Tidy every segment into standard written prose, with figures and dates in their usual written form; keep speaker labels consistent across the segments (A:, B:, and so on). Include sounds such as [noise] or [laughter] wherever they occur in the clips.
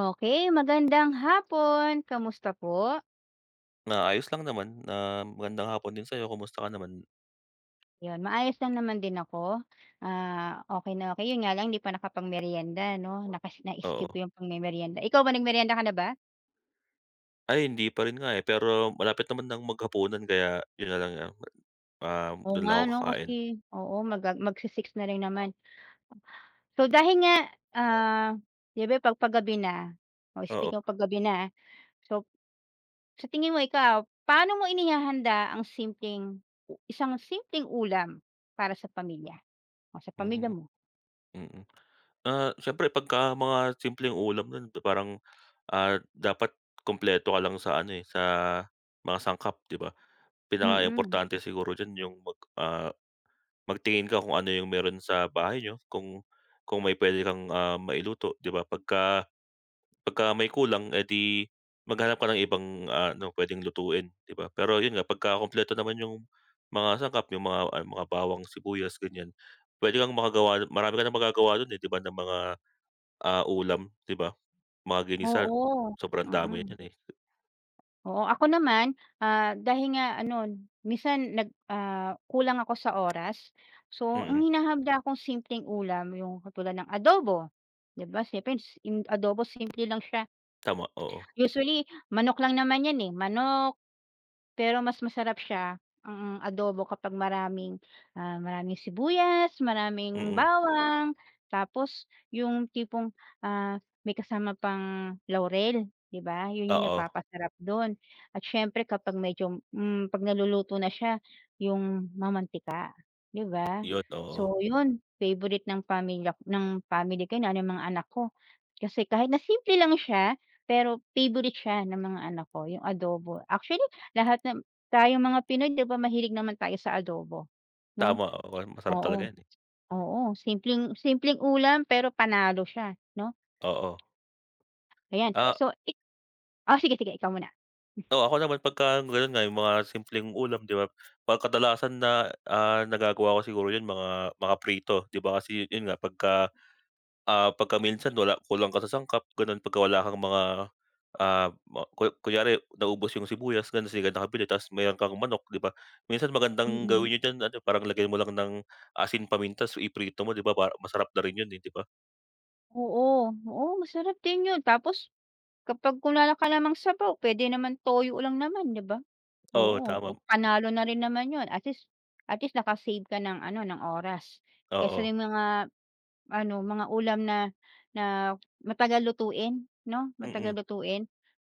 A: Okay, magandang hapon. Kamusta po?
B: Ah, ayos lang naman, magandang hapon din sa'yo, kumusta ka naman?
A: 'Yon, maayos lang naman din ako. Okay na okay yun nga lang hindi pa nakapagmeryenda 'no,
B: Oo.
A: na-skip ko 'yung pagmemeryenda. Ikaw ba, nagmeryenda ka na ba?
B: Ay hindi pa rin nga, eh, pero malapit naman ng maghapunan kaya yun na lang,
A: Oo
B: dun
A: nga
B: lang ako
A: 'no, kasi
B: kakain.
A: oo, magsi-six na rin naman. So, dahil nga, ah, 'di ba 'pag paggabi na, oh,
B: Oo,
A: speaking of paggabi na, So, sa tingin mo ikaw, paano mo inihahanda ang isang simpleng ulam para sa pamilya o sa pamilya
B: hmm,
A: mo?
B: mm. Ah, siyempre pagka mga simpleng ulam nun parang, dapat kumpleto ka lang sa ano, eh, sa mga sangkap 'di ba?
A: Mm.
B: Importante siguro diyan yung magtingin ka kung ano yung meron sa bahay niyo, kung may puwede kang, mailuto 'di ba? Pagka Pagka may kulang, edi maghanap ka ng ibang, ano, puwedeng lutuin, 'di ba? Pero yun nga, pagka kumpleto naman yung mga sangkap, yung mga, mga bawang, sibuyas, ganyan, puwede kang makagawa marami ka ng magagawa dun, eh, 'di ba, ng mga, ulam, 'di ba? Mga ginisa,
A: Oo,
B: sobrang dami
A: mm.
B: niyan, eh.
A: Oo, ako naman, dahil nga ano minsan kulang ako sa oras. So, ang
B: Mm,
A: hinahanda kong simpleng ulam yung katulad ng adobo, 'di ba siyempre yung adobo simple lang siya.
B: tama, oo.
A: Usually manok lang naman 'yan, eh, manok pero mas masarap siya ang adobo kapag maraming, maraming sibuyas, maraming
B: Mm,
A: bawang, tapos yung tipong, may kasama pang laurel, 'di ba? Yun yung
B: oo.
A: nagpapasarap dun at siyempre kapag medyo, 'pag naluluto na siya, yung mamantika, 'di ba?
B: Yun, oo.
A: So yun, favorite ng pamilya ng family ko yun, lalo ng mga anak ko. Kasi kahit na simple lang siya, pero favorite siya ng mga anak ko, yung adobo. Actually lahat ng tayong mga Pinoy 'di ba mahilig naman tayo sa adobo, 'no?
B: Tama, oo. Masarap talaga
A: Oo,
B: yan, eh.
A: oo, simpleng simpleng ulam pero panalo siya, 'no?
B: Oo.
A: Ayan,
B: Ah
A: so i oh, sige, sige ikaw muna.
B: Oo, ako naman pagka gano'n nga, yung mga simpleng ulam, 'di ba? Pag kadalasan na, nagagawa ko siguro 'yun mga prito, 'di ba? Kasi 'yun nga pagka, pagka minsan wala kulang ka sa sangkap gano'n, pagka wala kang mga, ah, ma ku kunyari naubos yung sibuyas gano'n, tapos di ka nakabili tapos meron kang manok, 'di ba? Minsan magandang
A: Mm,
B: gawin niyo diyan ano, parang lagyan mo lang ng asin paminta ta's iprito mo, 'di ba? Para masarap na rin 'yun, eh, 'di ba?
A: oo, oo masarap din 'yun tapos kapag wala ka namang sabaw puwede naman toyo lang naman 'di ba?
B: Oo,
A: Oo, oh,
B: tama.
A: panalo na rin naman yun at least naka-save ka ng ano, ng oras kaysa
B: Oo,
A: yung mga ano, mga ulam na na matagal lutuin 'no, matagal
B: mm.
A: lutuin.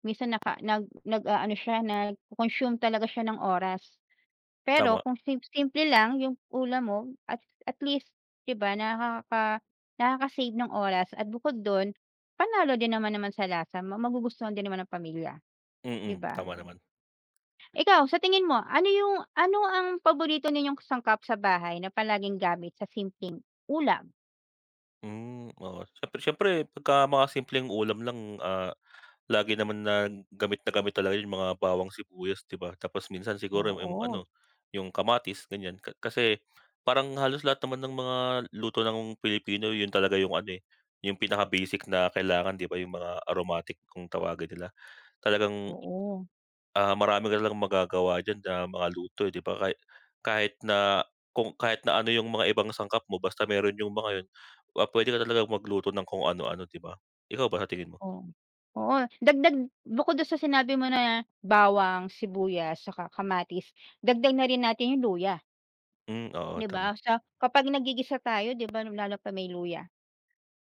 A: Minsan naka nag nag-aano siya, nagco-consume talaga siya ng oras. Pero
B: Tama.
A: kung simple lang yung ulam mo at at least 'di ba nakaka-save ng oras at bukod dun, panalo din naman naman sa lasa, magugustuhan din naman ng pamilya, 'di
B: Mm,
A: ba?
B: tama naman.
A: Ikaw, sa tingin mo, ano ang paborito ninyong sangkap sa bahay na palaging gamit sa simpleng ulam?
B: Hmm, oo. Siyempre siyempre pagka mga simpleng ulam lang, lagi naman na gamit talaga yung mga bawang sibuyas, 'di ba? Tapos minsan siguro yung
A: Oo,
B: ano, yung kamatis, ganyan. Kasi parang halos lahat naman ng mga luto ng Pilipino yun talaga yung ano, eh, yung pinaka-basic na kailangan, 'di ba? Yung mga aromatic kung tawagin nila. Talagang
A: oo,
B: marami ka lang magagawa diyan na mga luto, eh, 'di ba? Kahit na ano yung mga ibang sangkap mo basta meron yung mga yun, puwede ka talagang magluto ng kung ano-ano, 'di ba? Ikaw ba, sa tingin mo?
A: oo. Oo, bukod dun sa sinabi mo na bawang, sibuyas, saka kamatis, dagdag na rin natin yung luya,
B: Hmm, oo,
A: 'di
B: tama.
A: ba? Sa kapag naggigisa tayo, 'di ba, lalo pa may luya,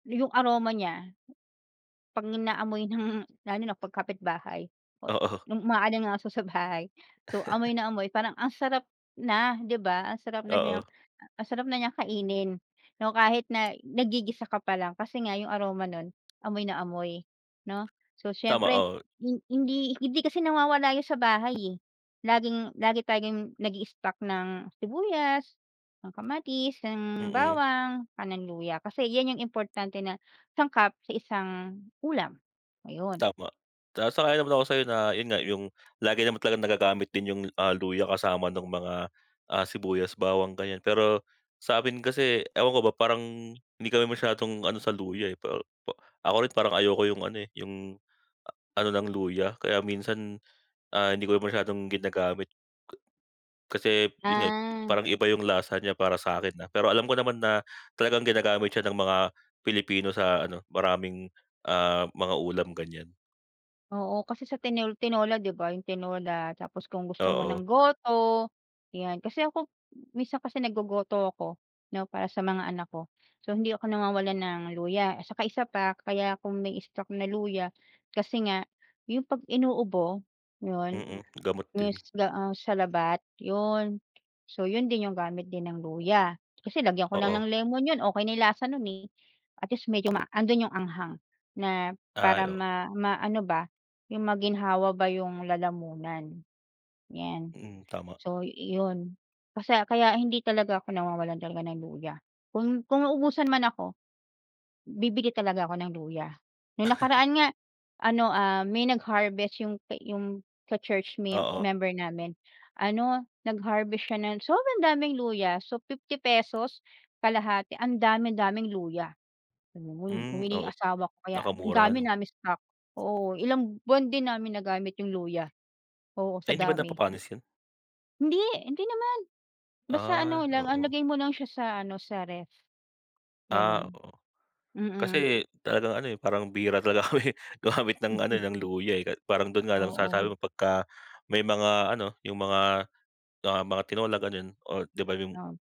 A: yung aroma niya 'Pag naamoy ng [laughs] lalo na 'pag kapitbahay o
B: Oo,
A: nung umaalangaso sa bahay. So, amoy na amoy parang ang sarap na, 'di ba?
B: oo,
A: Ang sarap na niyang kainin, 'no, kahit na nagigisa ka pa lang kasi nga yung aroma nun amoy na amoy, 'no? So,
B: tama,
A: siyempre
B: oo,
A: hindi kasi nawawala yun sa bahay, eh. Lagi tayong nag-i-stock ng sibuyas, ng kamatis, ng
B: mm.
A: bawang, panang luya kasi yan yung importante na Isang cup sa isang ulam, ayun.
B: Tama. Ah, sang-ayon naman ako sa'yo na yun nga, yung lagi naman talagang nagagamit din yung, luya kasama ng mga, sibuyas, bawang, ganyan. Pero sa'min kasi ewan ko ba, parang hindi kami masyadong ano sa luya, eh, pa ako rin parang ayoko yung ano, eh, yung ano ng luya. Kaya minsan, hindi ko masyadong ginagamit. K- Kasi yun nga,
A: Ah.
B: parang iba yung lasa niya para sa akin na. Pero alam ko naman na talagang ginagamit siya ng mga Pilipino sa ano, maraming, mga ulam, ganyan.
A: Oo, kasi sa tinola 'di ba, yung tinola tapos kung gusto mo
B: Oo.
A: ng goto, 'yan. Kasi ako minsan kasi naggogoto ako 'no, para sa mga anak ko. So, hindi ako nawawalan ng luya at saka isa pa kaya ako may stock na luya kasi nga yung 'pag inuubo, 'yun
B: Gamot din.
A: Isda salabat, 'yun. So 'yun din yung gamit din ng luya. Kasi lagyan ko lang
B: Oo,
A: ng lemon 'yun, okey na yung lasa nun, eh. At least medyo ma andun yung anghang na
B: ay
A: para
B: oo,
A: maano ba, yung maginhawa ba yung lalamunan, 'yan.
B: mm, tama.
A: So 'yun, kasi kaya hindi talaga ako nawawalan talaga ng luya. Kung mauubusan man ako Bibili talaga ako ng luya. Nung nakaraan nga ano, may nag-harvest yung ka-church mem
B: Oo,
A: member namin. Ano, nag-harvest siya ng sobrang daming luya. So, ₱50 kalahati. Ang dami-daming luya. Ayun,
B: hmm,
A: bumili
B: oo,
A: yung asawa ko kaya ang
B: nakamura
A: dami
B: ano.
A: naming stock. Oo, ilang buwan din namin nagamit yung luya. Oo, sa
B: Ay hindi ba
A: dami.
B: napapanis yun?
A: Hindi, hindi naman. Basta ano
B: Ah,
A: lang,
B: oo.
A: lagay mo lang siya sa ano, sa ref,
B: Ah,
A: gano'n.
B: oo.
A: Mm,
B: Kasi talagang ano, eh, parang bihira talaga kami [laughs] gumamit ng ano, eh, ng luya, eh, parang dun nga lang sa
A: oo,
B: sabi mo pagka may mga ano, yung mga, mga tinola ganun o 'di ba yung
A: oo.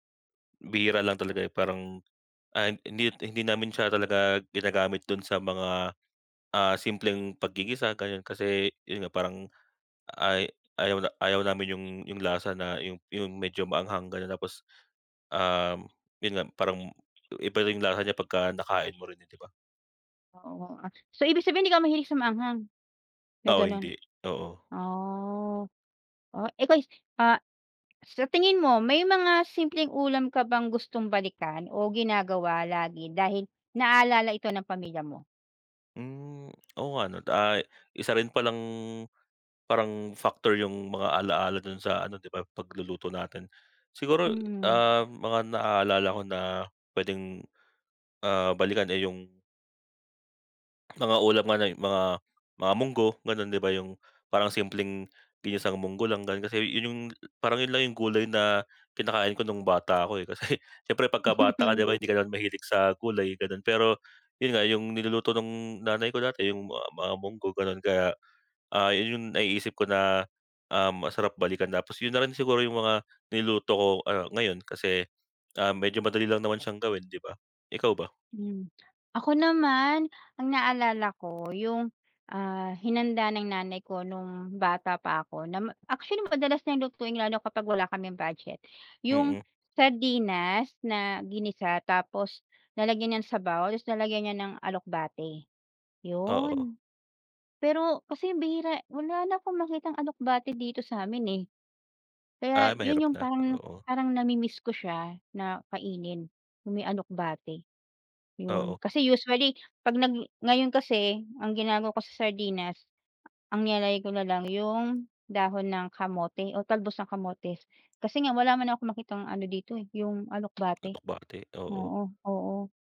B: bihira lang talaga, eh, parang, ah, hindi hindi namin siya talaga ginagamit dun sa mga, simpleng paggigisa ganun kasi yun nga parang Ay ayaw na ayaw namin yung lasa na yung medyo maanghang gano'n tapos, um, yun nga parang iba rin yung lasa niya pagka nakain mo rin eh, 'di ba?
A: Oo, so ibig sabihin hindi ka mahilig sa maanghang, na
B: Oo,
A: gano'n?
B: hindi, oo.
A: Oh, oh, ah, sa tingin mo may mga simpleng ulam ka bang gustong balikan o ginagawa lagi dahil naalala ito ng pamilya mo?
B: Hmm, oo nga 'no, isa rin palang parang factor yung mga ala-ala dun sa ano 'di ba, pagluluto natin. Siguro,
A: Mm.
B: mga naaalala ko na puwedeng, balikan eh yung mga ulam nga na mga munggo gano'n 'di ba yung parang simpleng ginisang munggo lang gano'n. Kasi yun yung parang yun lang yung gulay na kinakain ko nung bata ako, eh. [laughs] Kasi siyempre pagkabata ka 'di
A: [laughs]
B: ba hindi ka naman mahilig sa gulay gano'n. Pero yun nga yung niluluto ng nanay ko dati yung mga munggo gano'n kaya, yun yung naiisip ko na, masarap balikan. Tapos yun na rin siguro yung mga niluto ko, ngayon kasi, medyo madali lang naman siyang gawin 'di ba? Ikaw ba?
A: Hmm. Ako naman, ang naalala ko yung, hinanda ng nanay ko nung bata pa ako na actually madalas na yung lutuin lalo kapag wala kaming budget. Yung
B: Mm,
A: sardinas na ginisa tapos lalagyan niya ng sabaw tapos lalagyan niya ng alokbate,
B: oo.
A: yun. Pero kasi bihira wala na akong makitang alokbate dito sa amin eh.
B: Ah,
A: Kaya yun
B: mahirap
A: yung
B: na,
A: parang
B: oo.
A: parang nami-miss ko siya na kainin, yung may alokbate. Yun,
B: Oo,
A: kasi usually 'pag nag ngayon kasi ang ginagawa ko sa sardinas, ang nilalagay ko na lang yung dahon ng kamote o talbos ng kamotes. Kasi nga wala man ako makitang ano dito, eh, yung alokbate.
B: Lukbate, oo.
A: Oo, oo,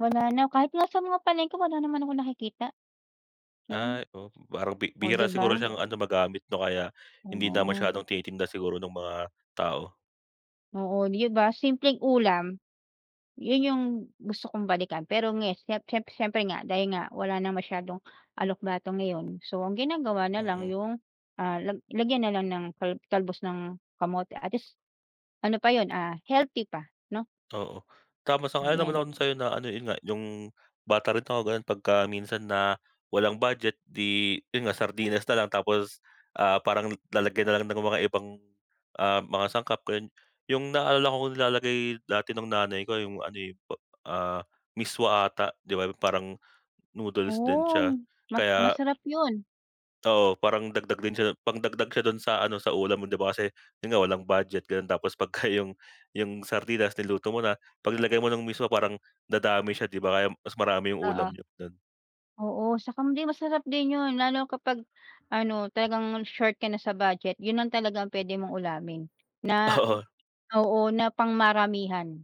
A: wala na kahit nga sa mga palengke wala naman akong nakikita, yun.
B: Ay, oh, parang
A: O
B: bihira
A: 'di ba?
B: siguro siyang ano magamit 'no, kaya hindi na
A: Oo,
B: masyadong tinitinda siguro ng mga tao.
A: oo, 'di ba simpleng ulam. Yun yung gusto kong balikan pero nge siyem siyem siyempre nga dahil nga wala na masyadong alok-batok ngayon, so ang ginagawa na lang
B: Mm,
A: yung, lagyan na lang ng kalbos ng kamote at least ano pa yun, healthy pa 'no,
B: oo. Tama, sang-ayon naman
A: ayan.
B: ako dun sa'yo na ano, yun nga, yung bata rin ako gano'n pagka minsan na walang budget 'di yun nga, sardinas na lang tapos, parang lalagyan na lang ng mga ibang, mga sangkap ganyan. Yung naalala ko nilalagay dati ng nanay ko yung ano, eh, pa ah, miswa ata, 'di ba, parang noodles din
A: Oo,
B: siya.
A: mas
B: Kaya
A: masarap yun,
B: Oo, parang dagdag din siya pangdagdag siya don sa ano, sa ulam mo 'di ba kasi yun nga walang budget gano'n tapos pagka [laughs] yung sardinas niluto mo na, paglalagay mo ng miswa parang dadami siya 'di ba kaya mas marami yung ulam
A: oo,
B: niyo don
A: oo, saka hindi masarap din yun lalo kapag ano talagang short ka na sa budget yun lang talaga ang pwede mong ulamin
B: [laughs]
A: na
B: Oo,
A: oo, na pangmaramihan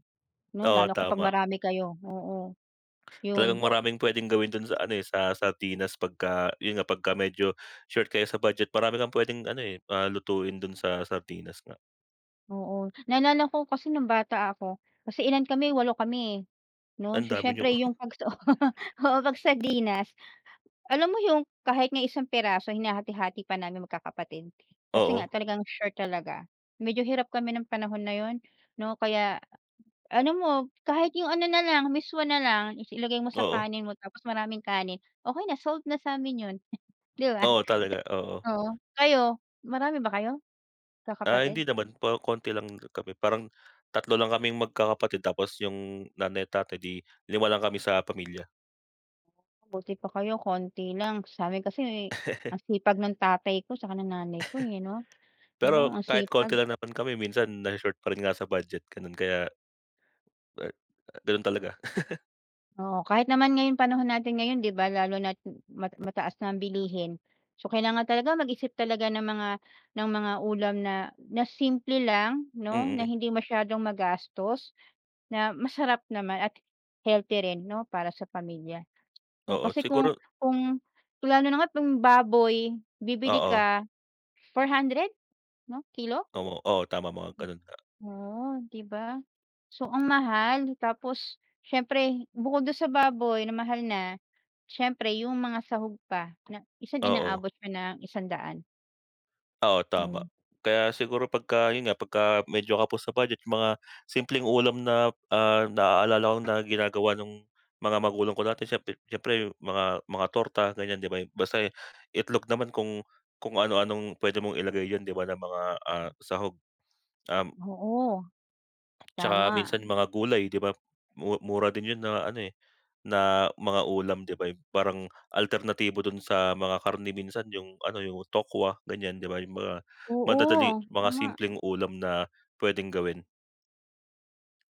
A: 'no
B: oo
A: lalo kapag
B: tama.
A: marami kayo, oo, yun.
B: Oo. Maraming puwedeng gawin don sa ano, eh, sa sardinas pagka yun nga pagka medyo short kayo sa budget marami kang puwedeng ano, eh, lutuin dun sa sardinas nga.
A: Oo, naalala ko kasi nung bata ako, kasi ilan kami, walo kami, 'no.
B: Ang
A: So,
B: dami niyo
A: siyempre
B: [laughs]
A: yung 'pag [laughs] sa oo, 'pag sardinas, alam mo yung kahit nga isang piraso hinahati-hati pa namin magkakapatid. Kasi
B: oo,
A: nga talagang short talaga. Medyo hirap kami ng panahon na yon, 'no. Kaya ano mo, kahit yung ano na lang, miswa na lang, is ilagay mo sa
B: oo.
A: kanin mo tapos maraming kanin, okay, na, solved na sa'min yun, [laughs] 'di ba?
B: Oo talaga, oo.
A: Oo, kayo, marami ba kayo,
B: Ah,
A: magkakapatid?
B: hindi naman po konti lang kami parang tatlo lang kaming magkakapatid tapos yung nanay at tatay di 5 lang kami sa pamilya.
A: Buti pa kayo konti lang. Sa Sa'min kasi ang
B: [laughs]
A: sipag ng tatay ko saka ng nanay ko, eh, 'no?
B: Pero
A: Oo, ang
B: kahit
A: sipag.
B: konti lang naman kami minsan na short pa rin nga sa budget ganun kaya, ah, ganun talaga. [laughs]
A: Oo, kahit naman ngayon panahon natin ngayon 'di ba lalo na mataas na ang bilihin. So, kailangan talaga mag-isip talaga ng mga ulam na na simple lang 'no, na
B: Mm,
A: hindi masyadong magastos, na masarap naman at healthy rin 'no, para sa pamilya. 'No,
B: oo
A: kasi
B: siguro
A: kung lalo na nga 'pag baboy, bibili
B: oo,
A: ka 400 'no, kilo?
B: oo, oo tama mga ganun nga,
A: Oo 'di ba? So, ang mahal tapos siyempre bukod dun sa baboy na mahal na, siyempre yung mga sahog pa na minsan
B: oo.
A: inaabot siya ng 100
B: Oo, tama.
A: Hmm.
B: Kaya siguro pagka yun nga, pagka medyo kapos sa budget yung mga simpleng ulam na, naaalala ko na ginagawa ng mga magulang ko dati siyempre siyempre mga torta ganyan, 'di ba? Basta itlog naman kung ano-anong puwede mong ilagay diyan, 'di ba, na mga, sahog. Um,
A: Oo,
B: tsaka
A: tama.
B: minsan yung mga gulay, 'di ba? Mura din yun na ano, eh, na mga ulam, 'di ba, yung parang alternatibo dun sa mga karne minsan yung ano, yung tokwa, ganyan, 'di ba, yung mga madadali
A: Oo,
B: mga
A: tama.
B: simpleng ulam na pwedeng gawin.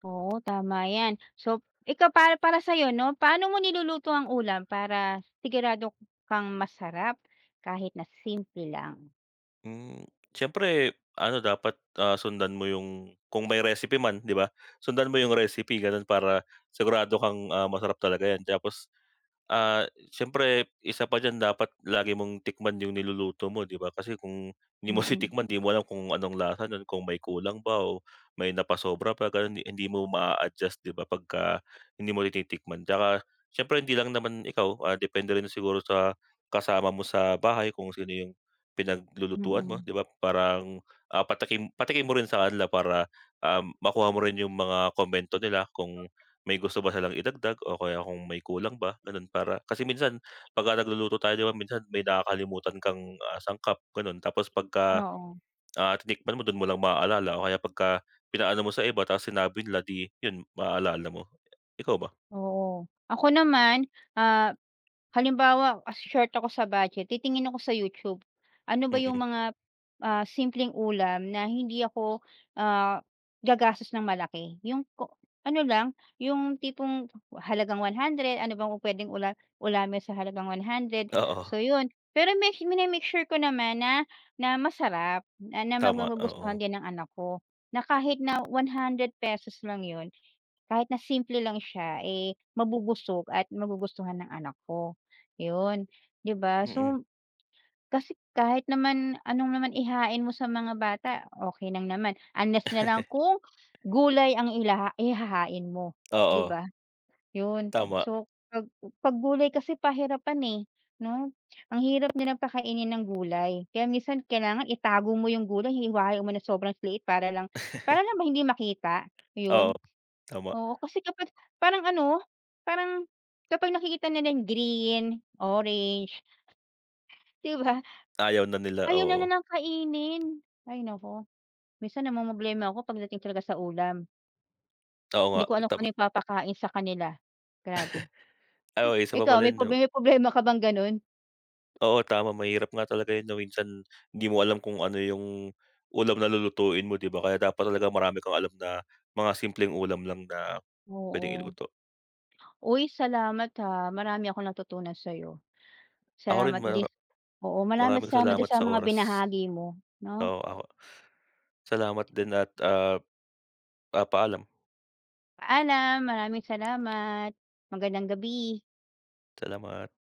A: Oo, tama 'yan. So, ikaw para para sa'yo 'no, paano mo niluluto ang ulam para sigurado kang masarap kahit na simple lang?
B: Hmm, siyempre ano dapat, sundan mo yung kung may recipe man 'di ba, sundan mo yung recipe gano'n para sigurado kang, masarap talaga 'yan. Tapos, ah, siyempre isa pa diyan dapat lagi mong tikman yung niluluto mo 'di ba, kasi kung hindi mo [laughs]
A: Mm,
B: titikman 'di mo alam kung anong lasa nun, kung may kulang ba o may napasobra pa gano'n, hindi hindi mo maa-adjust 'di ba pagka hindi mo tinitikman. Tsaka siyempre hindi lang naman ikaw, depende rin siguro sa kasama mo sa bahay kung sino yung pinaglulutuan mo,
A: mm.
B: 'di ba? Parang, patikim patikim mo rin sa kanila para, makuha mo rin yung mga komento nila kung may gusto ba silang idagdag o kaya kung may kulang ba, gano'n. Para kasi minsan pagka nagluluto tayo, 'di ba, minsan may nakakalimutan kang, sangkap, gano'n. Tapos pagka,
A: Oo,
B: tinikman mo, do'n mo lang maaalala o kaya pagka pinaano mo sa iba tapos sinabi nila, 'di yun, maaalala mo. Ikaw ba?
A: oo. Ako naman, ah Halimbawa, as short ako sa budget, titingin ako sa YouTube. Ano ba yung
B: Mm.
A: mga, simpleng ulam na hindi ako, ah, gagastos ng malaki. Yung ko ano lang, yung tipong halagang 100, ano bang pupuwedeng ulamin sa halagang 100,
B: Oo,
A: so yun. Pero make mini sure ko naman na na masarap, na na
B: tama, oo.
A: magugustuhan din ng anak ko, na kahit na ₱100 lang yun kahit na simple lang siya, eh, mabubusog at magugustuhan ng anak ko, 'yun, 'di ba?
B: Mm.
A: So, kasi kahit naman anong naman ihain mo sa mga bata, okay lang naman, unless na lang
B: [laughs]
A: kung gulay ang ilaha ihahain mo, 'di
B: Oo,
A: ba? 'Yun,
B: tama.
A: so 'pag gulay kasi pahirapan, eh, 'no? Ang hirap nilang pakainin ng gulay, kaya minsan kailangan itago mo 'yung gulay, hihiwain mo ng sobrang liit para lang ba hindi makita,
B: Oo,
A: 'yun.
B: tama.
A: Oo, kasi kapag parang ano, parang kapag nakikita nila yung green, orange, 'di ba?
B: Ayaw na nila,
A: Ayaw na
B: oo.
A: nilang kainin. Ay naku, minsan namomroblema ako pagdating talaga sa ulam.
B: Oo
A: Hindi
B: nga,
A: ko alam kung ano yung papakain sa kanila, grabe.
B: oo, isa pa
A: Ikaw
B: pala yun 'no.
A: may problema ka bang gano'n?
B: Oo, tama mahirap nga talaga yun 'no, minsan hindi mo alam kung ano yung ulam na lulutuin mo 'di ba, kaya dapat talaga marami kang alam na mga simpleng ulam lang na puwedeng
A: Oo.
B: iluto.
A: Uy, salamat ha, marami akong natutunan sa'yo.
B: Ako rin
A: Salamat dis oo, marami
B: maraming
A: salamat din
B: salamat
A: sa
B: sa
A: mga
B: oras.
A: binahagi mo, 'no?
B: Oo, ako salamat din at, paalam.
A: Paalam, maraming salamat. Magandang gabi.
B: Salamat.